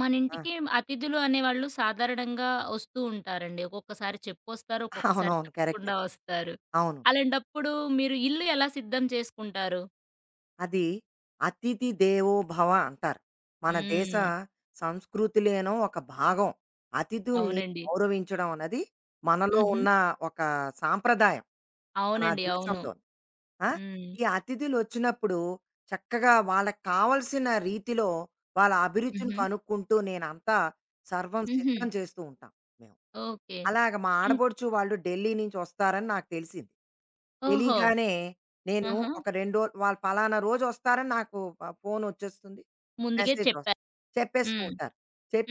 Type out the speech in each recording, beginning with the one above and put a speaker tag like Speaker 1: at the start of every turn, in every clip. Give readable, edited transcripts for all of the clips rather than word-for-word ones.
Speaker 1: మన
Speaker 2: ఆ!
Speaker 1: ఇంటికి అతిథులు అనేవాళ్ళు సాధారణంగా వస్తూ ఉంటారండి. ఒక్కొక్కసారి చెప్పొస్తారు. ఒక్కొక్కసారి
Speaker 2: అవునవును, కరెక్ట్.
Speaker 1: చెప్పకుండా వస్తారు.
Speaker 2: అవును.
Speaker 1: అలాంటప్పుడు మీరు ఇల్లు ఎలా సిద్ధం చేసుకుంటారు?
Speaker 2: అది అతిథి దేవో భవ అంటారు. మన దేశ
Speaker 1: హ్మ్.
Speaker 2: సంస్కృతిలోనో ఒక భాగం. అతిథుల్ని
Speaker 1: అవునండి.
Speaker 2: గౌరవించడం అన్నది మనలో
Speaker 1: హుహు.
Speaker 2: ఉన్న ఒక సాంప్రదాయం మన
Speaker 1: అవునండి. అవును.
Speaker 2: దేశంలో. ఆ!
Speaker 1: హ్మ్.
Speaker 2: ఈ అతిథులొచ్చినప్పుడు చక్కగా వాళ్ళకి కావాల్సిన రీతిలో వాళ్ళ అభిరుచిని
Speaker 1: హుహు.
Speaker 2: కనుక్కుంటూ నేనంతా సర్వం
Speaker 1: హుహు.
Speaker 2: సిద్ధం చేస్తూ ఉంటాం మేము.
Speaker 1: ఓకే.
Speaker 2: అలాగ మా
Speaker 1: అన్
Speaker 2: ఆడబొడుచు వాళ్ళు ఢిల్లీ నుంచి వస్తారని నాకు తెలిసింది.
Speaker 1: ఓహో!
Speaker 2: తెలీగానే నేను
Speaker 1: ఆహా!
Speaker 2: ఒక 2 రోజులు వాళ్ళు పలానా రోజు వస్తారని నాకు ఫోనొచ్చేస్తుంది.
Speaker 1: ముందుగే
Speaker 2: మెసేజ్
Speaker 1: చెప్పారు.
Speaker 2: వస్తుంది. చెప్పేస్తూ
Speaker 1: హ్మ్.
Speaker 2: ఉంటారు.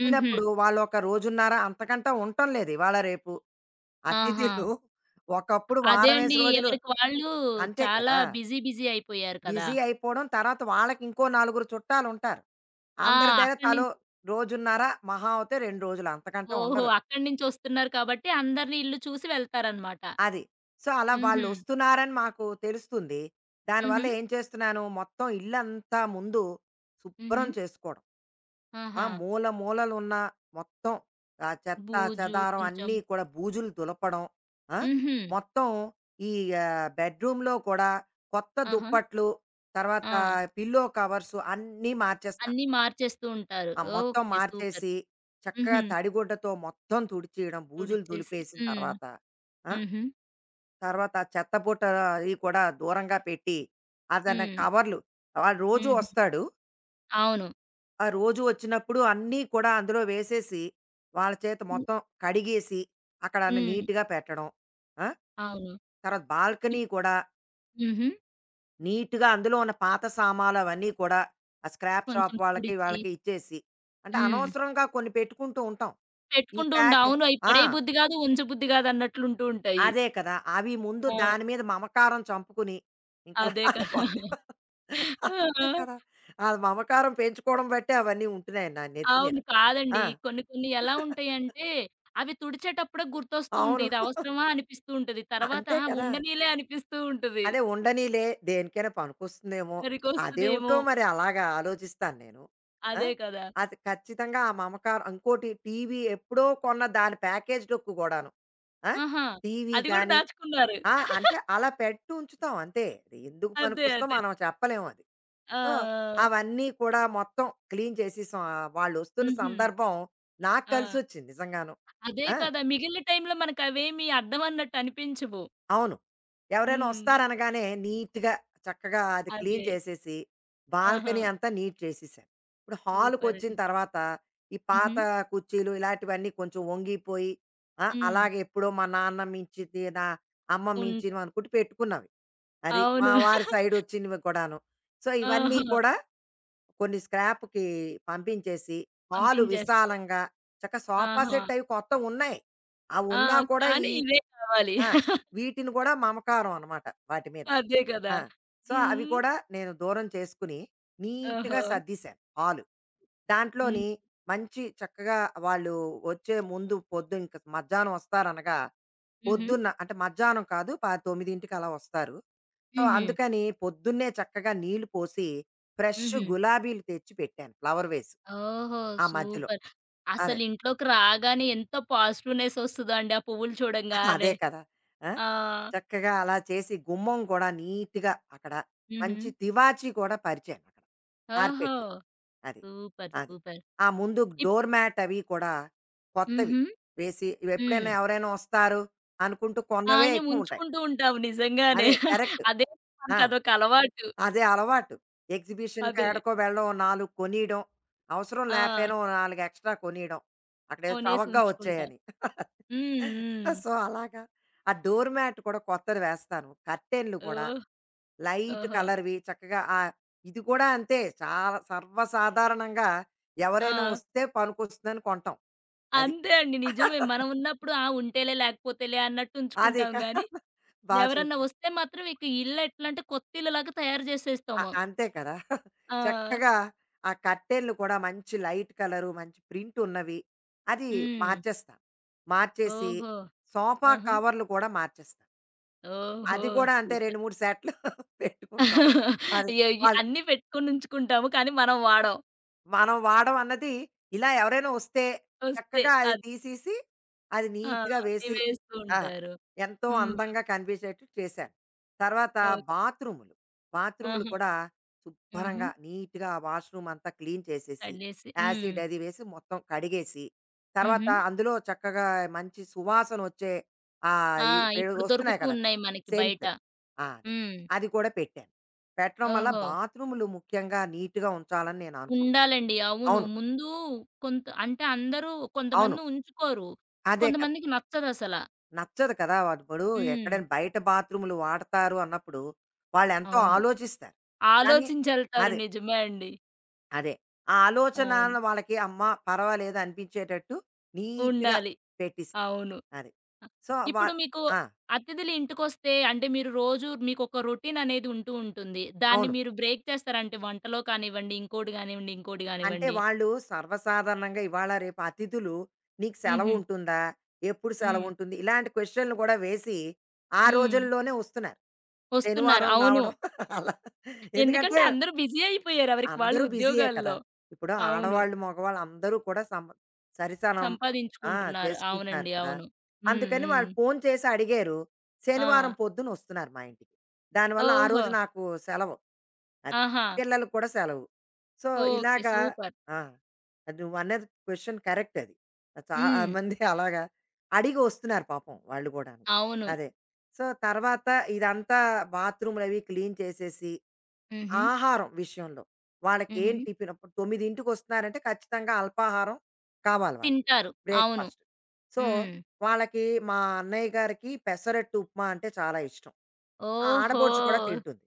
Speaker 1: హుహు.
Speaker 2: వాళ్ళొక రోజున్నర అంతకంటే ఉండటం లేదు ఇవాళ, రేపు.
Speaker 1: ఆహా!
Speaker 2: అతిథులు ఒకప్పుడు
Speaker 1: అదే
Speaker 2: వారమేసి
Speaker 1: అండి.
Speaker 2: రోజులు
Speaker 1: ఎవరికి వాళ్ళు
Speaker 2: అంతే
Speaker 1: చాలా
Speaker 2: కదా!
Speaker 1: బిజీ బిజీ అయిపోయారు కదా!
Speaker 2: బిజీ అయిపోవడం. తర్వాత వాళ్ళకి ఇంకో నలుగురు చుట్టాలుంటారు.
Speaker 1: ఆ!
Speaker 2: అందరి దగ్గర
Speaker 1: అక్కడి
Speaker 2: తలో రోజున్నర మహా అవుతే 2 రోజులు అంతకంటే
Speaker 1: ఓహో!
Speaker 2: ఉండరు.
Speaker 1: అక్కడి నుంచొస్తున్నారు కాబట్టి అందరిని ఇల్లు చూసి వెళ్తారనమాట.
Speaker 2: అది. సో, అలా
Speaker 1: హుహు.
Speaker 2: వాళ్ళొస్తున్నారని మాకు తెలుస్తుంది.
Speaker 1: హుహు.
Speaker 2: దానివల్ల ఏం చేస్తున్నాను, మొత్తం ఇల్లంతా ముందు
Speaker 1: హుహు.
Speaker 2: శుభ్రం చేసుకోవడం. ఆ!
Speaker 1: ఆహా!
Speaker 2: మూల మూలలున్న మొత్తం ఆ చెత్త,
Speaker 1: బూజు
Speaker 2: చెదారం
Speaker 1: కొంచెం.
Speaker 2: అన్నీ కూడా బూజులు దులపడం. ఆ!
Speaker 1: హుహు.
Speaker 2: మొత్తం ఈ బెడ్‌రూమ్‌లో కూడా కొత్త
Speaker 1: ఆహా!
Speaker 2: దుప్పట్లు, తర్వాత
Speaker 1: ఆ!
Speaker 2: పిల్లో కవర్సు అన్నీ మార్చేస్తా.
Speaker 1: అన్నీ మార్చేస్తూ ఉంటారు.
Speaker 2: ఆ! మొత్తం
Speaker 1: ఓకే. సూపర్.
Speaker 2: మార్చేసి, చక్కగా
Speaker 1: హుహు.
Speaker 2: తడిగుడ్డతో మొత్తం తుడిచేయడం, బూజులు
Speaker 1: తుడిచేసి
Speaker 2: దులిపేసిన
Speaker 1: హ్మ్.
Speaker 2: తర్వాత. ఆ!
Speaker 1: హుహు.
Speaker 2: తర్వాత ఆ చెత్త బుట్ట అది కూడా దూరంగా పెట్టి, అదన
Speaker 1: హ్మ్.
Speaker 2: కవర్లు వాడు రోజూ
Speaker 1: హుహు.
Speaker 2: వస్తాడు.
Speaker 1: అవును.
Speaker 2: ఆ రోజు వచ్చినప్పుడు అన్నీ కూడా అందులో వేసేసి, వాళ్ళ చేత
Speaker 1: హ్మ్.
Speaker 2: మొత్తం కడిగేసి, అక్కడ అన్ని
Speaker 1: హ్మ్.
Speaker 2: నీట్‌గా పెట్టడం. ఆ!
Speaker 1: అవును.
Speaker 2: తర్వాత బాల్కనీ
Speaker 1: ఇప్
Speaker 2: కూడా
Speaker 1: హుహు.
Speaker 2: నీట్‌గా అందులో ఉన్న పాత సామాన్లు అవన్నీ కూడా ఆ స్క్రాప్
Speaker 1: కొంచెం
Speaker 2: షాప్ వాళ్ళకి,
Speaker 1: తుడిచి
Speaker 2: వాళ్ళకి ఇచ్చేసి, అంటే
Speaker 1: హ్మ్.
Speaker 2: అనవసరంగా కొన్ని పెట్టుకుంటూ ఉంటాం. ఈ
Speaker 1: పెట్టుకుంటూ ఉండ
Speaker 2: ప్యాక్
Speaker 1: అవును. అయి
Speaker 2: ఆ!
Speaker 1: పడేయ బుద్ధి గాదు, ఉంచబుద్ధి గాదన్నట్లుంటూ ఉంటాయి.
Speaker 2: అదే కదా! అవి ముందు
Speaker 1: ఆ!
Speaker 2: దాని మీద మమకారం చంపుకుని ఇంకా
Speaker 1: అదే కదా!
Speaker 2: లాగా వాడు. అంతే కదా!
Speaker 1: ఆ!
Speaker 2: ఆ మమకారం పెంచుకోవడం బట్టే అవన్నీ ఉంటున్నాయి నా నెత్తి మీద.
Speaker 1: అవును. కాదండి.
Speaker 2: ఆ!
Speaker 1: కొన్ని కొన్ని ఎలా ఉంటాయంటే, అవి తుడిచేటప్పుడే గుర్తొస్తూ ఉంటాయి.
Speaker 2: అవును.
Speaker 1: ఇది అవసరమా అనిపిస్తూ ఉంటది. తర్వాత
Speaker 2: అంతే
Speaker 1: ఆహా!
Speaker 2: కదా!
Speaker 1: ఉండనీలే అనిపిస్తూ ఉంటది.
Speaker 2: అదే ఉండనీలే దేనికైనా పనికొస్తుందేమో.
Speaker 1: సరికొస్తదేమో!
Speaker 2: అదేమిటో మరి అలాగా ఆలోచిస్తాను నేను. ఆ!
Speaker 1: అదే కదా!
Speaker 2: అది ఖచ్చితంగా ఆ మమకారం ఇంకోటి టీవీ ఎప్పుడో కొన్న దాని ప్యాకేజ్ డొక్కు గూడాను. ఆ!
Speaker 1: ఆహా!
Speaker 2: టీవీ
Speaker 1: అది కూడా
Speaker 2: గాని
Speaker 1: దాచుకున్నారు.
Speaker 2: ఆ! అంటే అలా పెట్టి ఉంచుతాం అంతే. అది ఎందుకు
Speaker 1: అదే.
Speaker 2: పనికొస్తుందో
Speaker 1: అదే.
Speaker 2: మనం చెప్పలేం అది.
Speaker 1: ఆ!
Speaker 2: సో,
Speaker 1: ఆ!
Speaker 2: అవన్నీ కూడా మొత్తం క్లీన్ చేసేసాం. ఆహ్, వాళ్ళొస్తున్న
Speaker 1: హుహు.
Speaker 2: సందర్భం నాకు
Speaker 1: ఆ!
Speaker 2: కలిసొచ్చింది నిజంగాను.
Speaker 1: అదే
Speaker 2: ఆ!
Speaker 1: కదా! మిగిలిన టైంలో మనకవేమి అద్దం అన్నట్టు అనిపించవు.
Speaker 2: అవును. ఎవరైనా
Speaker 1: హ్మ్.
Speaker 2: వస్తారనగానే నీట్‌గా, చక్కగా అది
Speaker 1: అదే.
Speaker 2: క్లీన్ చేసేసి,
Speaker 1: ఆహా!
Speaker 2: బాల్కనీ అంతా నీట్ చేసేసాను. ఇప్పుడు
Speaker 1: సూపర్
Speaker 2: హాల్‌కొచ్చిన
Speaker 1: అండి.
Speaker 2: తర్వాత ఈ
Speaker 1: హుహు.
Speaker 2: పాత కుర్చీలు ఇలాంటివన్నీ కొంచెం వంగిపోయి, ఆ!
Speaker 1: హ్మ్.
Speaker 2: అలాగే ఎప్పుడో మా నాన్న మించింది, నా అమ్మ
Speaker 1: ఉంట
Speaker 2: మించినవనుకుంటూ పెట్టుకున్నవి. అది. మా
Speaker 1: అవును.
Speaker 2: వారి సైడొచ్చినవి కూడాను. సో, ఇవన్నీ
Speaker 1: ఆహా!
Speaker 2: కూడా కొన్ని స్క్రాప్‌కి పంపించేసి, హాలు
Speaker 1: పంపించేస్తారు.
Speaker 2: విశాలంగా చక్క సోఫా
Speaker 1: ఆహా!
Speaker 2: సెట్ అవి కొత్తవున్నాయి.
Speaker 1: ఆ!
Speaker 2: అవున్నా కూడా
Speaker 1: కానీ
Speaker 2: ఈ
Speaker 1: ఇవే కావాలి.
Speaker 2: ఆ! వీటిని కూడా మమకారం అనమాట వాటి మీద.
Speaker 1: అదే కదా!
Speaker 2: ఆ! సో, అవి
Speaker 1: హ్మ్.
Speaker 2: కూడా నేను దూరం చేసుకుని, నీట్‌గా
Speaker 1: ఓహో!
Speaker 2: సర్దేశాను హాలు.
Speaker 1: హ్మ్.
Speaker 2: దాంట్లోని మంచి చక్కగా వాళ్ళు వచ్చే ముందు పొద్దు ఇంక మధ్యాహ్నం వస్తారనగా
Speaker 1: హుహు.
Speaker 2: పొద్దున్న అంటే మధ్యాహ్నం కాదు. 9కి అలా వస్తారు. సో,
Speaker 1: హుహు.
Speaker 2: అందుకని పొద్దున్నే చక్కగా నీళ్లు పోసి, ఫ్రెష్
Speaker 1: హుహు.
Speaker 2: గులాబీలు తెచ్చి పెట్టాను ఫ్లవర్ వేస్.
Speaker 1: ఓహో!
Speaker 2: ఆ మధ్యలో.
Speaker 1: సూపర్.
Speaker 2: అదే.
Speaker 1: అసలింట్లోకి రాగానే ఎంత పాజిటివ్‌నెస్ ఒస్తదండి ఆ పువ్వులు చూడంగానే.
Speaker 2: అదే కదా! ఆ!
Speaker 1: ఆ!
Speaker 2: చక్కగా అలా చేసి గుమ్మం కూడా నీట్‌గా అక్కడ
Speaker 1: హుహు.
Speaker 2: మంచి తివాచీ కూడా పరిచాను అక్కడ.
Speaker 1: ఓహో!
Speaker 2: కార్పెట్. అది.
Speaker 1: సూపర్.
Speaker 2: అది.
Speaker 1: సూపర్.
Speaker 2: ఆ ముందు
Speaker 1: ఇప్
Speaker 2: డోర్ మ్యాట్ అవి కూడా కొత్తవి
Speaker 1: హుహు.
Speaker 2: వేసి
Speaker 1: హ్మ్.
Speaker 2: ఇవెప్పుడైనా ఎవరైనా వస్తారు అనుకుంటూ
Speaker 1: ఆ!
Speaker 2: కొన్నవే
Speaker 1: మేము
Speaker 2: ఎక్కువుంటాయి.
Speaker 1: ఉంచుకుంటూ ఉంటాము నిజంగానే.
Speaker 2: అదే. కరెక్ట్.
Speaker 1: అదే,
Speaker 2: ఆ!
Speaker 1: మనకదొక అలవాటు.
Speaker 2: అదే అలవాటు. ఎగ్జిబిషన్‌కి
Speaker 1: అదే.
Speaker 2: ఏడకో వెళ్ళడం, ఓ 4 కొనియడం, అవసరం
Speaker 1: ఆ!
Speaker 2: లేపోయినా ఓ 4 ఎక్స్‌ట్రా కొనియడం. అక్కడేదో
Speaker 1: కొనేసి
Speaker 2: చవకగా
Speaker 1: ఉంచుకుంటాం.
Speaker 2: వచ్చాయని.
Speaker 1: హ్మ్. హ్మ్.
Speaker 2: సో, అలాగా ఆ డోర్ మ్యాట్ కూడా కొత్తది వేస్తాను. కర్టెన్‌లు కూడా
Speaker 1: ఓహ్!
Speaker 2: లైట్
Speaker 1: ఓహో!
Speaker 2: కలర్‌వి చక్కగా ఆహ్, ఇది కూడా అంతే చాలా సర్వసాధారణంగా ఎవరైనా
Speaker 1: ఆ!
Speaker 2: వస్తే పనికొస్తుందని కొంటాం. అది.
Speaker 1: అంతే అండి. నిజమే. మనం ఉన్నప్పుడు ఆ! ఉంటేలే లేకపోతేలే అన్నట్టు
Speaker 2: అది.
Speaker 1: ఉంచుకుంటాం గానీ,
Speaker 2: బా
Speaker 1: ఎవరన్నా
Speaker 2: చెప్పావు.
Speaker 1: వస్తే మాత్రం ఇక ఇల్లెట్లంటే కొత్తిల్లులాగా తయారు జేసేస్తాము.
Speaker 2: అంతే కదా!
Speaker 1: ఆ!
Speaker 2: చక్కగా ఆ కర్టెన్‌లు కూడా మంచి లైట్ కలరు, మంచి ప్రింట్ ఉన్నవి. అది
Speaker 1: హ్మ్.
Speaker 2: మార్చేస్తాను. మార్చేసి
Speaker 1: ఓహో!
Speaker 2: సోఫా
Speaker 1: ఆహా!
Speaker 2: కవర్లు కూడా మార్చేస్తాను.
Speaker 1: ఓహో!
Speaker 2: అది కూడా అంతే
Speaker 1: సూపర్.
Speaker 2: 2, 3 సెట్లు పెట్టుకుంటాం. అది
Speaker 1: ఇగ ఇయి
Speaker 2: వాళ్ళు
Speaker 1: అన్నీ పెట్టుకొనుంచుకుంటాము. కానీ మనం వాడం.
Speaker 2: మనం వాడం అన్నది ఇలా ఎవరైనా వస్తే
Speaker 1: వస్తే
Speaker 2: చక్కగా అది
Speaker 1: అది.
Speaker 2: తీసేసి అది
Speaker 1: ఆ!
Speaker 2: నీట్‌గా వేసి
Speaker 1: ఇవేస్తూ
Speaker 2: ఆ!
Speaker 1: ఉంటారు.
Speaker 2: ఎంతో
Speaker 1: హ్మ్.
Speaker 2: అందంగా కనిపించేట్టు చేశాను. తర్వాత
Speaker 1: ఓకే.
Speaker 2: బాత్రూములు, బాత్రూములు
Speaker 1: ఆహా!
Speaker 2: కూడా
Speaker 1: హుహు.
Speaker 2: శుభ్రంగా నీట్‌గా వాష్‌రూమ్ అంతా క్లీన్ చేసేసి,
Speaker 1: కడిలేసి హ్మ్.
Speaker 2: యాసిడ్ అది వేసి మొత్తం కడిగేసి, తర్వాత
Speaker 1: హుహు.
Speaker 2: అందులో చక్కగా మంచి సువాసన వచ్చే ఆహ్,
Speaker 1: ఆ!
Speaker 2: ఈ ఇప్పుడు
Speaker 1: ఇప్పుడు
Speaker 2: వస్తున్నాయి
Speaker 1: దొరుకుతూ
Speaker 2: కదా!
Speaker 1: ఉన్నాయి మనకి బయట.
Speaker 2: సెంట్. ఆ! అదే.
Speaker 1: హ్మ్.
Speaker 2: అది కూడా పెట్టాను. పెట్టడం వల్ల
Speaker 1: ఓహో!
Speaker 2: బాత్రూములు ముఖ్యంగా నీట్‌గా ఉంచాలని నేను అనుకుంటాను.
Speaker 1: ఉండాలండి. అవును.
Speaker 2: అవును.
Speaker 1: ముందు కొంత అంటే అందరూ
Speaker 2: అవును.
Speaker 1: కొంతమంది ఉంచుకోరు.
Speaker 2: అదే కదా!
Speaker 1: కొంతమందికి నచ్చదసల.
Speaker 2: నచ్చదు కదా! వాడు ఇప్పుడు
Speaker 1: హ్మ్.
Speaker 2: ఎక్కడైనా బయట బాత్రూములు వాడతారు అన్నప్పుడు, వాళ్ళెంతో
Speaker 1: అవును.
Speaker 2: ఆలోచిస్తారు. కానీ
Speaker 1: ఆలోచించెళ్తారు.
Speaker 2: అదే.
Speaker 1: నిజమే అండి.
Speaker 2: అదే. ఆ ఆలోచన
Speaker 1: అవును.
Speaker 2: వాళ్ళకి అమ్మా! పర్వాలేదు అనిపించేటట్టు నీట్‌గా
Speaker 1: ఉండాలి.
Speaker 2: పెట్టేశారు.
Speaker 1: అవును.
Speaker 2: అది.
Speaker 1: అ
Speaker 2: సో,
Speaker 1: ఇప్పుడు
Speaker 2: వాళ్
Speaker 1: మీకు
Speaker 2: ఆ!
Speaker 1: అతిథులు ఇంటికొస్తే అంటే మీరు రోజు మీకొక రొటీన్ అనేది ఉంటూ ఉంటుంది. దాన్ని
Speaker 2: అవును.
Speaker 1: మీరు బ్రేక్ చేస్తారంటే వంటలో కానివ్వండి, ఇంకోటి గానివ్వండి, ఇంకోటి
Speaker 2: అంటే
Speaker 1: గానివ్వండి.
Speaker 2: వాళ్ళు సర్వసాధారణంగా ఇవాళ రేపు అతిథులు "నీకు
Speaker 1: హుహు.
Speaker 2: సెలవుంటుందా? ఎప్పుడు
Speaker 1: హ్మ్.
Speaker 2: సెలవుంటుంది?" ఇలాంటి క్వెషన్‌లు కూడా వేసి, ఆ
Speaker 1: హ్మ్.
Speaker 2: రోజుల్లోనే వస్తున్నారు.
Speaker 1: వస్తున్నారు.
Speaker 2: శనివారం
Speaker 1: అవును.
Speaker 2: రావడం అలా. ఎందుకంటే
Speaker 1: ఎందుకంటే అందరూ బిజీ అయిపోయారు. ఎవరికి వాళ్ళు
Speaker 2: అందరూ బిజీయే కదా!
Speaker 1: ఉద్యోగాల్లో.
Speaker 2: ఇప్పుడు
Speaker 1: అవును.
Speaker 2: ఆడవాళ్ళు, మగవాళ్ళు అందరూ కూడా సరిసనం ఆ!
Speaker 1: సంపాదించుకుంటున్నారు.
Speaker 2: చేసుకుంటున్నారు
Speaker 1: అవునండి.
Speaker 2: కదా!
Speaker 1: అవును. హ్మ్.
Speaker 2: అందుకని
Speaker 1: హ్మ్.
Speaker 2: వాళ్ళు ఫోను చేసి అడిగారు. శనివారం
Speaker 1: ఆ!
Speaker 2: పొద్దునొస్తున్నారు మా ఇంటికి. దానివల్ల ఆ
Speaker 1: ఓహో!
Speaker 2: రోజు నాకు సెలవు. అది.
Speaker 1: ఆహా!
Speaker 2: పిల్లలకు కూడా సెలవు. So,
Speaker 1: okay.
Speaker 2: ఇలాగా
Speaker 1: సూపర్.
Speaker 2: ఆ! అది నువ్వన్నది క్వెషన్ కరెక్ట్ అది. చాలా
Speaker 1: హ్మ్.
Speaker 2: మంది అలాగా అడిగి వస్తున్నారు పాపం వాళ్ళు గూడాను.
Speaker 1: అవును.
Speaker 2: అదే. సో, తర్వాత ఇదంతా బాత్రూమ్‌లవి క్లీన్ చేసేసి,
Speaker 1: హుహు.
Speaker 2: ఆహారం విషయంలో
Speaker 1: హుహు.
Speaker 2: వాళ్ళకేం టిఫిన్ ఇప్పుడు 9కి ఖచ్చితంగా అల్పాహారం కావాలి వాళ్ళకి.
Speaker 1: తింటారు. అవును.
Speaker 2: బ్రేక్‌ఫాస్ట్. సో,
Speaker 1: హ్మ్.
Speaker 2: వాళ్ళకి మా అన్నయ్య గారికి పెసరట్టు ఉప్మా అంటే చాలా ఇష్టం. ఆ!
Speaker 1: ఓహో!
Speaker 2: ఆడబొడుచు కూడా తింటుంది.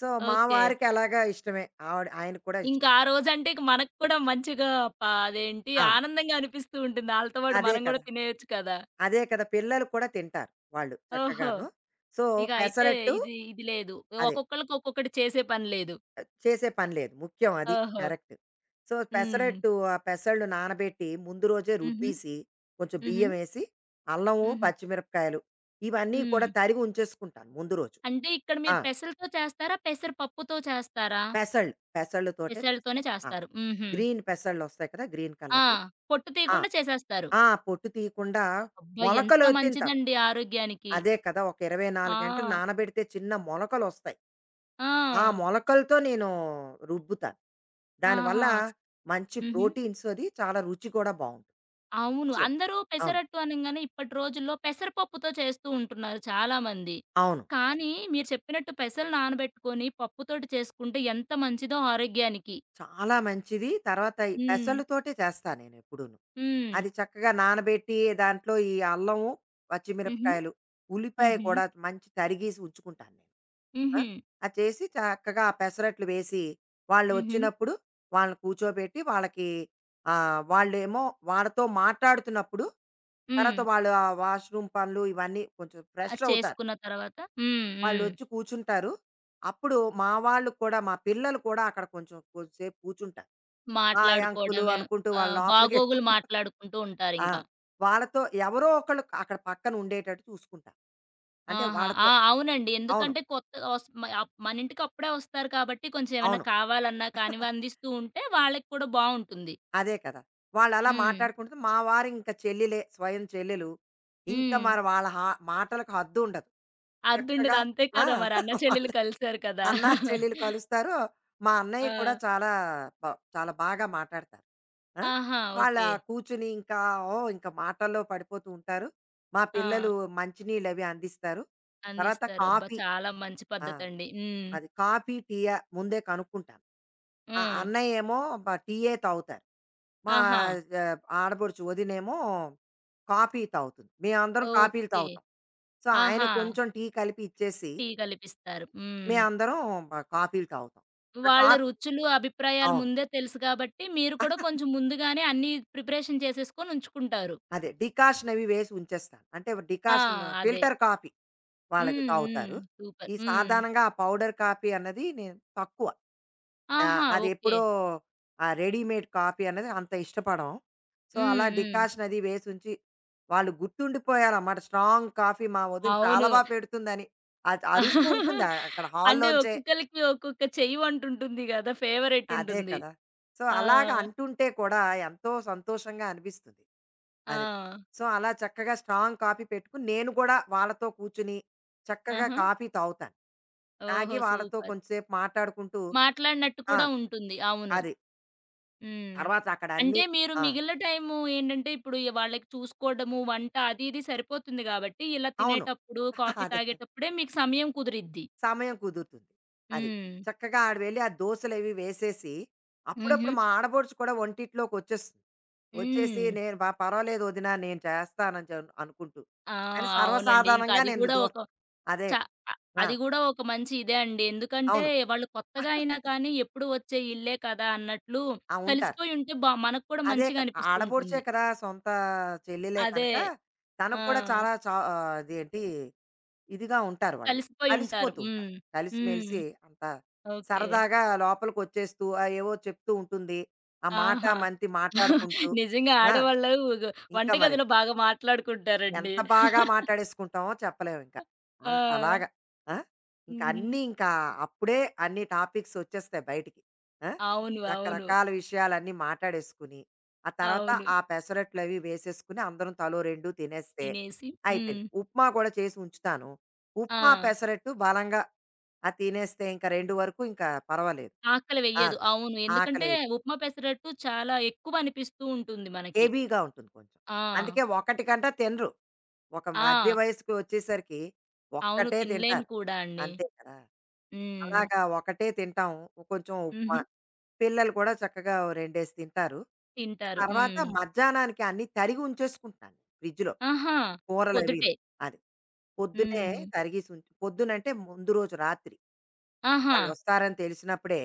Speaker 2: సో, మా
Speaker 1: ఓకే.
Speaker 2: వారికి అలాగా ఇష్టమే. ఆవిడ ఆయనకి కూడా ఇష్టం.
Speaker 1: ఇంకా ఆ రోజంటే ఇక మనకు కూడా మంచిగా ప అదేంటి
Speaker 2: అవును.
Speaker 1: ఆనందంగా అనిపిస్తూ ఉంటుంది. ఆళ్ళతో పాటు
Speaker 2: అదే
Speaker 1: మనం గూడా
Speaker 2: కదా!
Speaker 1: తినేయొచ్చు కదా!
Speaker 2: అదే కదా! పిల్లలు కూడా తింటారు వాళ్ళు
Speaker 1: ఓహో!
Speaker 2: చక్కగాను. సో,
Speaker 1: ఇక అయితే
Speaker 2: పెసరట్టు
Speaker 1: ఇది ఇది లేదు.
Speaker 2: అదే.
Speaker 1: ఒక్కొక్కళ్ళకి ఒక్కొక్కటి చేసే పని లేదు.
Speaker 2: చేసే పని లేదు. ముఖ్యం అది.
Speaker 1: ఓహో!
Speaker 2: కరెక్ట్. సో,
Speaker 1: హ్మ్.
Speaker 2: పెసరట్టు ఆ పెసళ్ళు నానబెట్టి ముందు రోజే
Speaker 1: హుహు.
Speaker 2: రుబ్బీసి, కొంచెం
Speaker 1: హుహు.
Speaker 2: బియ్యమేసి, అల్లము,
Speaker 1: హుహు.
Speaker 2: పచ్చిమిరపకాయలు ఇవన్నీ కూడా
Speaker 1: హ్మ్.
Speaker 2: తరిగి ఉంచేసుకుంటాను ముందు రోజు.
Speaker 1: అంటే ఇక్కడ
Speaker 2: ఆ!
Speaker 1: మీరు పెసలతో చేస్తారా? పెసరపప్పుతో చేస్తారా?
Speaker 2: పెసళ్ళు. పెసళ్ళతోటే చేస్తాను.
Speaker 1: పెసలతోనే
Speaker 2: ఆ!
Speaker 1: చేస్తారు. హుహు.
Speaker 2: గ్రీన్ పెసళ్ళొస్తాయి కదా! గ్రీన్
Speaker 1: ఆ!
Speaker 2: కలర్‌వి.
Speaker 1: పొట్టు
Speaker 2: ఆ!
Speaker 1: తీయకుండా చేసేస్తారు.
Speaker 2: ఆ! పొట్టు తీయకుండా
Speaker 1: అబ్బా! ఎంత
Speaker 2: మొలకలొత్తింతారు.
Speaker 1: మంచిదండి ఆరోగ్యానికి.
Speaker 2: అదే కదా! ఒక
Speaker 1: ఆ!
Speaker 2: 24 గంటలు నానబెడితే చిన్న మొలకలొస్తాయి. ఆ
Speaker 1: ఆ!
Speaker 2: మొలకలతో నేను రుబ్బుతాను. దానివల్ల
Speaker 1: ఆహా!
Speaker 2: మంచి
Speaker 1: హుహు.
Speaker 2: ప్రోటీన్స్ అది చాలా రుచి కూడా బావుంటుంది.
Speaker 1: అవును.
Speaker 2: సో
Speaker 1: అందరూ
Speaker 2: అవును.
Speaker 1: పెసరట్టు అనంగానే ఇప్పటి రోజుల్లో పెసరపప్పుతో చేస్తూ ఉంటున్నారు చాలామంది.
Speaker 2: అవును. అదే.
Speaker 1: కానీ మీరు చెప్పినట్టు పెసలు నానబెట్టుకొని పప్పుతోటి చేసుకుంటే ఎంత మంచిదో ఆరోగ్యానికి.
Speaker 2: చాలా మంచిది. తర్వాత ఈ
Speaker 1: హ్మ్.
Speaker 2: పెసలతోటే చేస్తా నేనెప్పుడూను.
Speaker 1: హ్మ్.
Speaker 2: అది చక్కగా నానబెట్టి దాంట్లో ఈ అల్లము,
Speaker 1: హుహు.
Speaker 2: పచ్చిమిరపకాయలు, ఉల్లిపాయ
Speaker 1: హుహు.
Speaker 2: కూడా మంచి తరిగేసి ఉంచుకుంటాను నేను. ఆ!
Speaker 1: హుహు.
Speaker 2: అది చేసి చక్కగా ఆ పెసరట్లు వేసి, వాళ్ళు
Speaker 1: హుహు.
Speaker 2: వచ్చినప్పుడు వాళ్ళని కూర్చోబెట్టి వాళ్ళకి ఆహ్, వాళ్ళేమో వాళ్ళతో మాట్లాడుతున్నప్పుడు,
Speaker 1: హ్మ్.
Speaker 2: తర్వాత వాళ్ళు ఆ వాష్‌రూమ్ పనులు ఇవన్నీ కొంచెం ఫ్రెష్
Speaker 1: అది
Speaker 2: అవుతారు.
Speaker 1: చేసుకున్న తర్వాత హ్మ్. హ్మ్.
Speaker 2: వాళ్ళొచ్చి కూర్చుంటారు. అప్పుడు మా వాళ్ళు కూడా మా పిల్లలు కూడా అక్కడ కొంచెం కొద్దిసేపు కూర్చుంటారు. హాయ్ అంకులు
Speaker 1: మాట్లాడుకోవడమే
Speaker 2: అనుకుంటూ వాళ్ళ
Speaker 1: ఆహ్,
Speaker 2: లోపలికి
Speaker 1: బాగోగులు మాట్లాడుకుంటూ
Speaker 2: ఆ!
Speaker 1: ఉంటారింకా.
Speaker 2: వాళ్ళతో ఎవరో ఒకళ్ళు అక్కడ పక్కన ఉండేటట్టు చూసుకుంటా. అంటే
Speaker 1: ఆహా!
Speaker 2: వాళ్ళతో
Speaker 1: ఆ! అవునండి.
Speaker 2: అవును.
Speaker 1: ఎందుకంటే కొత్తగా వస్ మ అప్ మన ఇంటికి అప్పుడే వస్తారు కాబట్టి కొంచెం ఏమైనా
Speaker 2: అవును.
Speaker 1: కావాలన్నా కానివి అందిస్తూ ఉంటే వాళ్ళకి కూడా బావుంటుంది.
Speaker 2: అదే కదా! వాళ్ళలా
Speaker 1: హ్మ్.
Speaker 2: మాట్లాడుకుంటే మా వారు ఇంకా చెల్లెలే, స్వయం చెల్లెలు. ఇంకా
Speaker 1: హ్మ్.
Speaker 2: మరి వాళ్ళ హా మాటలకు హద్దుండదు.
Speaker 1: అద్దుండదు.
Speaker 2: చక్కగా
Speaker 1: అంతే
Speaker 2: ఆ!
Speaker 1: కదా! మరి అన్న చెల్లెలు
Speaker 2: వాళ్ళు
Speaker 1: కలిసారు కదా!
Speaker 2: అన్నా, చెల్లెలు కలుస్తారు. మా
Speaker 1: ఆ!
Speaker 2: అన్నయ్య కూడా చాలా బ చాలా బాగా మాటాడతారు. ఆ!
Speaker 1: ఆహా!
Speaker 2: వాళ్ళ
Speaker 1: ఓకే.
Speaker 2: కూర్చుని ఇంకా ఓహ్! ఇంకా మాటల్లో పడిపోతూ ఉంటారు. మా
Speaker 1: ఆ!
Speaker 2: పిల్లలు మంచినీళ్ళవి అందిస్తారు. తర్వాత
Speaker 1: అందిస్తారు. అబ్బా!
Speaker 2: కాఫీ
Speaker 1: చాలా మంచి
Speaker 2: ఆ!
Speaker 1: పద్ధతండి. హ్మ్.
Speaker 2: అది కాఫీ, టీయా ముందే కనుక్కుంటాను. ఆ
Speaker 1: హ్మ్.
Speaker 2: అన్నయ్య ఏమో టీయే తాగుతారు. మా
Speaker 1: ఆహా!
Speaker 2: జ ఆడపడుచు వదినేమో కాఫీ తాగుతుంది. మేమందరం కాఫీలు
Speaker 1: ఓకే.
Speaker 2: తాగుతాం. సో, ఆయన
Speaker 1: ఆహా!
Speaker 2: కొంచెం టీ కలిపి ఇచ్చేసి,
Speaker 1: టీ కలిపిస్తారు. హ్మ్.
Speaker 2: మేమందరం కాఫీలు తాగుతాం. ఆ
Speaker 1: వాళ్ళ
Speaker 2: కాఫ్
Speaker 1: రుచులు, అభిప్రాయాలు
Speaker 2: అవును.
Speaker 1: ముందే తెలుసు కాబట్టి, మీరు కూడా కొంచెం ముందుగానే అన్నీ ప్రిపరేషన్ చేసేసుకొని ఉంచుకుంటారు.
Speaker 2: అదే డికాషన్ అవి వేసి ఉంచేస్తాను. అంటే
Speaker 1: ఆ!
Speaker 2: డికాషన్
Speaker 1: అదే.
Speaker 2: ఫిల్టర్ కాఫీ వాళ్ళకి
Speaker 1: హ్మ్. హ్మ్.
Speaker 2: తాగుతారు.
Speaker 1: సూపర్.
Speaker 2: ఈ
Speaker 1: హ్మ్.
Speaker 2: సాధారణంగా ఆ పౌడర్ కాఫీ అన్నది నేను తక్కువ. ఆ!
Speaker 1: ఆహా! ఓకే.
Speaker 2: అదెప్పుడో ఆ రెడీమేడ్ కాఫీ అన్నది అంత ఇష్టపడం. సో,
Speaker 1: హ్మ్.
Speaker 2: అలా
Speaker 1: హ్మ్.
Speaker 2: డికాషన్ అది వేసుంచి, వాళ్ళు గుర్తుండిపోయారన్నమాట. స్ట్రాంగ్ కాఫీ మా వదిన
Speaker 1: అవును.
Speaker 2: చాలా బా పెడుతుందని. అది అరుస్తూ ఉంటుంది ఆ- అక్కడ
Speaker 1: అంటే
Speaker 2: హాల్లోంచే.
Speaker 1: ఒక్కొక్కళ్ళకి ఒక్కొక్క చెయ్యి వంటుంటుంది గదా! ఫేవరెట్
Speaker 2: అదే
Speaker 1: ఉంటుంది.
Speaker 2: కదా! సో,
Speaker 1: ఆ!
Speaker 2: అలాగ అంటుంటే కూడా ఎంతో సంతోషంగా అనిపిస్తుంది. అది.
Speaker 1: ఆ!
Speaker 2: సో, అలా చక్కగా స్ట్రాంగ్ కాఫీ పెట్టుకొని, నేను కూడా వాళ్ళతో కూర్చొని చక్కగా
Speaker 1: ఆహా!
Speaker 2: కాఫీ తాగుతాను.
Speaker 1: ఓహో!
Speaker 2: తాగి వాళ్ళతో
Speaker 1: సూపర్.
Speaker 2: కొంచెం సేపు మాట్లాడుకుంటూ
Speaker 1: మాట్లాడినట్టు
Speaker 2: ఆ!
Speaker 1: కూడా ఉంటుంది. అవును.
Speaker 2: అది.
Speaker 1: హ్మ్.
Speaker 2: తర్వాత అక్కడ
Speaker 1: అంటే
Speaker 2: అన్నీ
Speaker 1: మీరు
Speaker 2: ఆ!
Speaker 1: మిగిలిన టైము ఏంటంటే, ఇప్పుడు ఈ వాళ్ళకి చూసుకోవడము, వంట అది ఇది సరిపోతుంది గాబట్టి, ఇలా
Speaker 2: అవును.
Speaker 1: తినేటప్పుడు, కాఫీ
Speaker 2: అదే.
Speaker 1: తాగేటప్పుడే మీకు సమయం కుదిరిద్ది.
Speaker 2: సమయం కుదురుతుంది. అది.
Speaker 1: హ్మ్.
Speaker 2: చక్కగా ఆడు వెళ్లి ఆ దోసలవి వేసేసి,
Speaker 1: హుహు.
Speaker 2: అప్పుడప్పుడు మా ఆడపడుచు కూడా వంటిట్లోకొచ్చేస్తుంది. వచ్చేసి,
Speaker 1: హ్మ్.
Speaker 2: "నేను పర్వాలేదు వదిన నేను చేస్తానని" అనుకుంటూ.
Speaker 1: ఆ!
Speaker 2: కానీ
Speaker 1: అవునండి. ఇంకా
Speaker 2: సర్వసాధారణంగా
Speaker 1: అది
Speaker 2: నేను
Speaker 1: గూడా
Speaker 2: దో
Speaker 1: ఒక చ
Speaker 2: అదే.
Speaker 1: అ
Speaker 2: ఆ!
Speaker 1: అది గూడా ఒక మంచి ఇదే అండి. ఎందుకంటే,
Speaker 2: అవును.
Speaker 1: వాళ్ళు కొత్తగా అయినా కానీ, ఎప్పుడు వచ్చే ఇల్లే కదా! అన్నట్లు
Speaker 2: ఆ! ఉంటారు.
Speaker 1: కలిసిపోయి ఉంటే బా మనకు కూడా
Speaker 2: అదే
Speaker 1: మంచిగా
Speaker 2: కదా!
Speaker 1: అనిపిస్తూ
Speaker 2: ఆడపడుచే
Speaker 1: ఉంటుంది.
Speaker 2: కదా! సొంత చెల్లెలే
Speaker 1: అదే.
Speaker 2: కనుక
Speaker 1: ఆ!
Speaker 2: తనకు కూడా చాలా ఆహ్, అదేంటి ఇదిగా ఉంటారు వాళ్ళు.
Speaker 1: కలిసిపోయి ఉంటారు.
Speaker 2: కలిసిపోతూ ఉంటారు.
Speaker 1: హ్మ్. హ్మ్.
Speaker 2: కలిసిమెలిసి అంతా
Speaker 1: ఓకే.
Speaker 2: సరదాగా లోపలికొచ్చేస్తూ ఆహ్, ఏవో చెప్తూ ఉంటుంది. ఆ మాట
Speaker 1: ఆహా!
Speaker 2: మంతి మాట్లాడుకుంటూ.
Speaker 1: నిజంగా
Speaker 2: ఆ!
Speaker 1: ఆడవాళ్ళు గ్
Speaker 2: ఇంకా మరి.
Speaker 1: వంటగదిలో బాగా మాట్లాడుకుంటారండి.
Speaker 2: ఎంత బాగా మాట్లాడేసుకుంటామో చెప్పలేము ఇంకా.
Speaker 1: ఆ!
Speaker 2: అంతలాగా. ఆ! ఇంకా
Speaker 1: హుహు.
Speaker 2: అన్నీ ఇంకా అప్పుడే అన్ని టాపిక్స్ వచ్చేస్తాయి బయటికి. ఆ!
Speaker 1: అవును. అవును.
Speaker 2: రకరకాల విషయాలన్నీ మాటాడేసుకుని, ఆ తర్వాత
Speaker 1: అవును.
Speaker 2: ఆ పెసరట్లవి వేసేసుకుని అందరం తలో 2 తినేస్తే
Speaker 1: తినేసి హ్మ్.
Speaker 2: అయిపోయింది. ఉప్మా కూడా చేసి ఉంచుతాను. ఉప్మా,
Speaker 1: ఆ!
Speaker 2: పెసరట్టు బలంగా అది తినేస్తే ఇంకా 2 వరకు ఇంకా పర్వాలేదు.
Speaker 1: ఆకలి
Speaker 2: ఆ!
Speaker 1: వెయ్యదు. అవును. ఎందుకంటే
Speaker 2: ఆకలేయదు.
Speaker 1: ఉప్మా, పెసరట్టు చాలా ఎక్కువ అనిపిస్తూ ఉంటుంది మనకి.
Speaker 2: హెవీగా ఉంటుంది కొంచెం.
Speaker 1: ఆ!
Speaker 2: అందుకే ఒకటి కంటే తినరు. ఒక మధ్య
Speaker 1: ఆ!
Speaker 2: వయస్సుకి వచ్చేసరికి
Speaker 1: అవును.
Speaker 2: ఒక్కటే
Speaker 1: తినలేము
Speaker 2: తింటారు.
Speaker 1: కూడా అండి.
Speaker 2: అంతే కదా!
Speaker 1: హ్మ్.
Speaker 2: అలాగా ఒకటే తింటాం. కొంచెం ఉప్మా.
Speaker 1: హుహు.
Speaker 2: పిల్లలు కూడా చక్కగా ఓ రెండేసి తింటారు.
Speaker 1: తింటారు.
Speaker 2: తర్వాత
Speaker 1: హ్మ్.
Speaker 2: మధ్యాహ్నానికి అన్నీ తరిగి ఉంచేసుకుంటున్నాను ఫ్రిడ్జ్‌లో.
Speaker 1: ఆహా!
Speaker 2: కూరలవీను.
Speaker 1: పొద్దుటే.
Speaker 2: అది. పొద్దున్నే
Speaker 1: హ్మ్.
Speaker 2: తరిగేసి ఉంచు పొద్దునంటే ముందు రోజు రాత్రి.
Speaker 1: ఆహా!
Speaker 2: వాళ్ళొస్తారని తెలిసినప్పుడే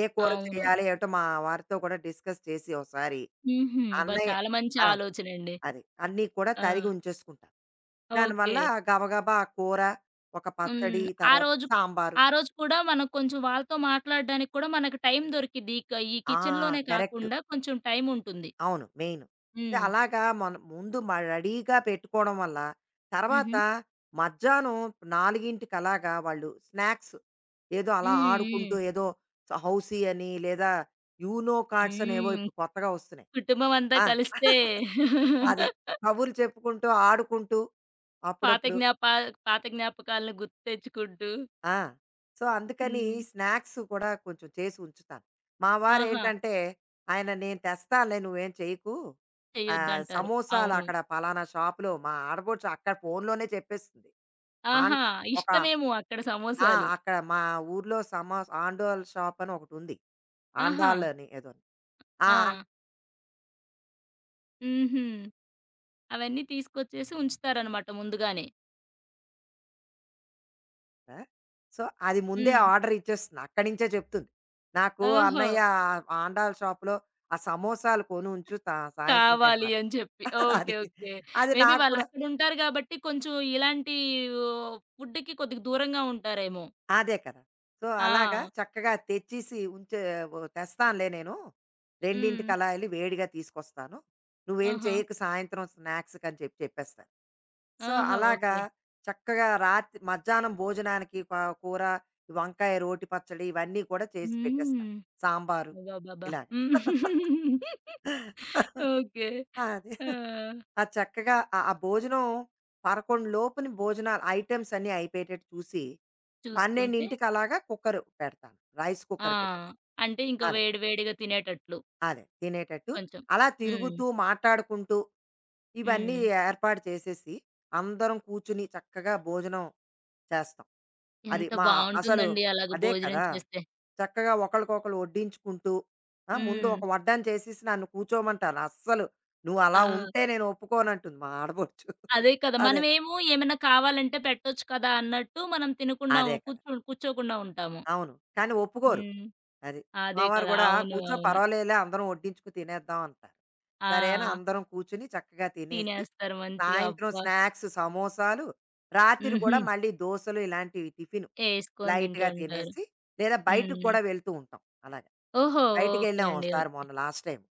Speaker 2: ఏ కూర
Speaker 1: అవును.
Speaker 2: చేయాలి? ఏమిటో మా వారితో కూడా డిస్కస్ చేసి ఒకసారి
Speaker 1: హుహు. అబ్బా!
Speaker 2: అన్నయ్య
Speaker 1: చాలా మంచి
Speaker 2: ఆ!
Speaker 1: ఆలోచనండి.
Speaker 2: అది. అన్నీ కూడా
Speaker 1: ఆ!
Speaker 2: తరిగి ఉంచేసుకుంటాను.
Speaker 1: ఓకే.
Speaker 2: దానివల్ల గబగబా ఆ కూర, ఒక పచ్చడి,
Speaker 1: హ్మ్. ఆ
Speaker 2: తర్వాత
Speaker 1: రోజు
Speaker 2: సాంబారు.
Speaker 1: ఆ రోజు కూడా మనం కొంచెం వాళ్ళతో మాట్లాడడానికి కూడా మనకు టైం దొరికిద్ది. ఇక ఈ
Speaker 2: ఆ!
Speaker 1: కిచెన్‌లోనే
Speaker 2: కరెక్ట్.
Speaker 1: కాకుండా కొంచెం టైం ఉంటుంది.
Speaker 2: అవును. మెయిన్. అదే
Speaker 1: హ్మ్.
Speaker 2: అలాగా మనం ముందు రెడీగా పెట్టుకోవడం వల్ల, తర్వాత
Speaker 1: హుహు.
Speaker 2: మధ్యాహ్నం 4కి వాళ్ళు స్నాక్స్ ఏదో అలా
Speaker 1: హ్మ్.
Speaker 2: ఆడుకుంటూ
Speaker 1: హ్మ్.
Speaker 2: ఏదో హౌసీ అని, లేదా యూనో కార్డ్స్ అనేవో
Speaker 1: హ్మ్.
Speaker 2: ఇప్పుడు కొత్తగా వస్తున్నాయి.
Speaker 1: కుటుంబం అంతా
Speaker 2: ఆ!
Speaker 1: కలిస్తే
Speaker 2: అదే. కబుర్లు చెప్పుకుంటూ, ఆడుకుంటూ
Speaker 1: పాత
Speaker 2: అప్పుడప్పుడు
Speaker 1: జ్ఞాపా పాత జ్ఞాపకాలను గుర్తు తెచ్చుకుంటూ.
Speaker 2: ఆ! సో, అందుకని
Speaker 1: హ్మ్.
Speaker 2: స్నాక్స్ కూడా కొంచెం చేసి ఉంచుతాను. మా
Speaker 1: ఆహా!
Speaker 2: వారేంటంటే, ఆయన "నేను తెస్తానులే నువ్వేం చెయ్యకు" ఆహ్,
Speaker 1: చేయొద్దంటారు.
Speaker 2: సమోసాలు
Speaker 1: అవును.
Speaker 2: అక్కడ పలానా షాపులో మా ఆడపడుచు అక్కడ ఫోన్‌లోనే చెప్పేస్తుంది. ఆన్
Speaker 1: ఆహా!
Speaker 2: ఒక
Speaker 1: ఇష్టమేమో అక్కడ
Speaker 2: ఆ!
Speaker 1: సమోసాలు.
Speaker 2: అక్కడ మా ఊర్లో సమోసా ఆండోల్ షాప్ అని ఒకటుంది.
Speaker 1: ఆహా!
Speaker 2: ఆండాల్ అని ఏదోని. ఆ!
Speaker 1: ఆ! హుహు. అవన్నీ తీసుకొచ్చేసి ఉంచుతారనమాట ముందుగానే.
Speaker 2: ఆండ- సో, అది ముందే
Speaker 1: హ్మ్.
Speaker 2: ఆర్డర్ ఇచ్చేస్తుంది. అక్కడి నుంచే చెప్తుంది. "నాకు
Speaker 1: ఓహో!
Speaker 2: అన్నయ్య ఆ ఆండాల్ షాప్‌లో ఆ సమోసాలు కొనుంచు తా సాయంత్రం
Speaker 1: కావాలి
Speaker 2: తింటాను."
Speaker 1: అని చెప్పి. ఓకే.
Speaker 2: అది.
Speaker 1: ఓకే.
Speaker 2: అది
Speaker 1: మేబీ
Speaker 2: నాకు కూడా
Speaker 1: వాళ్ళక్కడుంటారు గాబట్టి కొంచెం ఇలాంటి ఓహ్! ఫుడ్‌కి కొద్దిగా దూరంగా ఉంటారేమో.
Speaker 2: అదే కదా! సో, అలాగా
Speaker 1: ఆ!
Speaker 2: చక్కగా తెచ్చేసి ఉంచే తెస్తానులే నేను. 2కి
Speaker 1: హ్మ్.
Speaker 2: ఎళ్లి వేడిగా తీసుకొస్తాను. నువ్వేం
Speaker 1: ఆహా!
Speaker 2: చేయకు సాయంత్రం స్నాక్స్‌కని చెప్పి చెప్పేస్తాను. సో,
Speaker 1: ఆహా!
Speaker 2: అలాగా
Speaker 1: ఓకే.
Speaker 2: చక్కగా రాత్రి మధ్యాహ్నం భోజనానికి కూర, వంకాయ రోటి పచ్చడి ఇవన్నీ కూడా చేసి పెట్టేస్తాను.
Speaker 1: హ్మ్.
Speaker 2: సాంబారు
Speaker 1: అబ్బబ్బబ్బా!
Speaker 2: ఇలాగ.
Speaker 1: హ్మ్. ఓకే.
Speaker 2: అదే.
Speaker 1: ఆ!
Speaker 2: ఆ చక్కగా ఆ ఆ భోజనం 11 లోపుని భోజనాలు ఐటెమ్స్ అన్నీ అయిపోయేటట్టు చూసి,
Speaker 1: చూసుకుంటే
Speaker 2: 12కి అలాగా కుక్కర్ పెడతాను. రైస్
Speaker 1: ఆ!
Speaker 2: కుక్కర్ పెట్టేస్తాను.
Speaker 1: అంటే ఇంకా
Speaker 2: అదే.
Speaker 1: వేడి వేడిగా తినేటట్లు
Speaker 2: అదే. తినేటట్టు.
Speaker 1: కొంచెం.
Speaker 2: అలా
Speaker 1: హ్మ్.
Speaker 2: తిరుగుతూ, మాట్లాడుకుంటూ ఇవన్నీ
Speaker 1: హ్మ్.
Speaker 2: ఏర్పాటు చేసేసి, అందరం కూర్చుని చక్కగా భోజనం చేస్తాం. అది
Speaker 1: ఎంత
Speaker 2: మా అసలు
Speaker 1: బావుంటుందండి అలాగ
Speaker 2: అదే
Speaker 1: భోజనం
Speaker 2: కదా!
Speaker 1: చేస్తే.
Speaker 2: చక్కగా ఒకళ్ళకొకళ్ళు వడ్డించుకుంటూ, ఆ! ముందు
Speaker 1: హ్మ్.
Speaker 2: ఒక వడ్డాను చేసేసి నన్ను కూర్చోమంటాను. అస్సలు "నువ్వు అలా
Speaker 1: ఆ!
Speaker 2: ఉంటే నేను ఒప్పుకోనంటుంది" మా ఆడపడుచు.
Speaker 1: అదే కదా!
Speaker 2: అదే.
Speaker 1: మనమేమో ఏమైనా కావాలంటే పెట్టొచ్చు కదా! అన్నట్టు మనం తినకుండా
Speaker 2: అదే
Speaker 1: ఉం-
Speaker 2: కదా!
Speaker 1: కూర్చో కూర్చోకుండా ఉంటాము.
Speaker 2: అవును. కానీ ఒప్పుకోరు.
Speaker 1: హ్మ్.
Speaker 2: అది. మా
Speaker 1: అదే
Speaker 2: వారు
Speaker 1: కదా!
Speaker 2: గూడా
Speaker 1: అవును.
Speaker 2: "కూర్చో
Speaker 1: అవును.
Speaker 2: పర్వాలేదులే అందరం వడ్డించుకు తినేద్దాం" అంటారు. సరే అని
Speaker 1: ఆ!
Speaker 2: అందరం కూర్చొని చక్కగా తినేసి,
Speaker 1: తినేస్తారు మంచిగా.
Speaker 2: సాయంత్రం
Speaker 1: అబ్బా!
Speaker 2: స్నాక్స్ సమోసాలు, రాత్రి
Speaker 1: హుహు.
Speaker 2: గూడా మళ్ళీ దోసలు ఇలాంటివి టిఫిను
Speaker 1: ఏసుకొని తింటూ
Speaker 2: లైట్‌గా
Speaker 1: ఉంటారు.
Speaker 2: తినేసి, లేదా బయటికి
Speaker 1: హ్మ్.
Speaker 2: కూడా వెళ్తూ ఉంటాం. అలాగా.
Speaker 1: ఓహో! ఓకే
Speaker 2: బయటికెళ్ళాం
Speaker 1: అండి.
Speaker 2: ఒకసారి
Speaker 1: ఓకే.
Speaker 2: మొన్న లాస్ట్ టైమ్.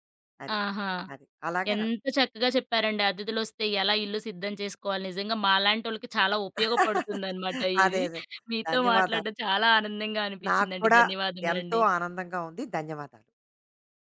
Speaker 2: అది.
Speaker 1: ఆహా!
Speaker 2: అది. అలాగా
Speaker 1: ఎంత చక్కగా చెప్పారండి. అతిథులొస్తే ఎలా ఇల్లు సిద్ధం చేసుకోవాలి. నిజంగా మాలాంటోళ్ళకి చాలా ఉపయోగపడుతుందనమాట
Speaker 2: అదే.
Speaker 1: ఇది.
Speaker 2: అదే.
Speaker 1: మీతో
Speaker 2: ధన్యవాదాలు.
Speaker 1: మాట్లాడడం చాలా ఆనందంగా
Speaker 2: నాకు
Speaker 1: అనిపించిందండి.
Speaker 2: కూడా ఎంతో
Speaker 1: ధన్యవాదములండి.
Speaker 2: ఆనందంగా ఉంది. ధన్యవాదాలు.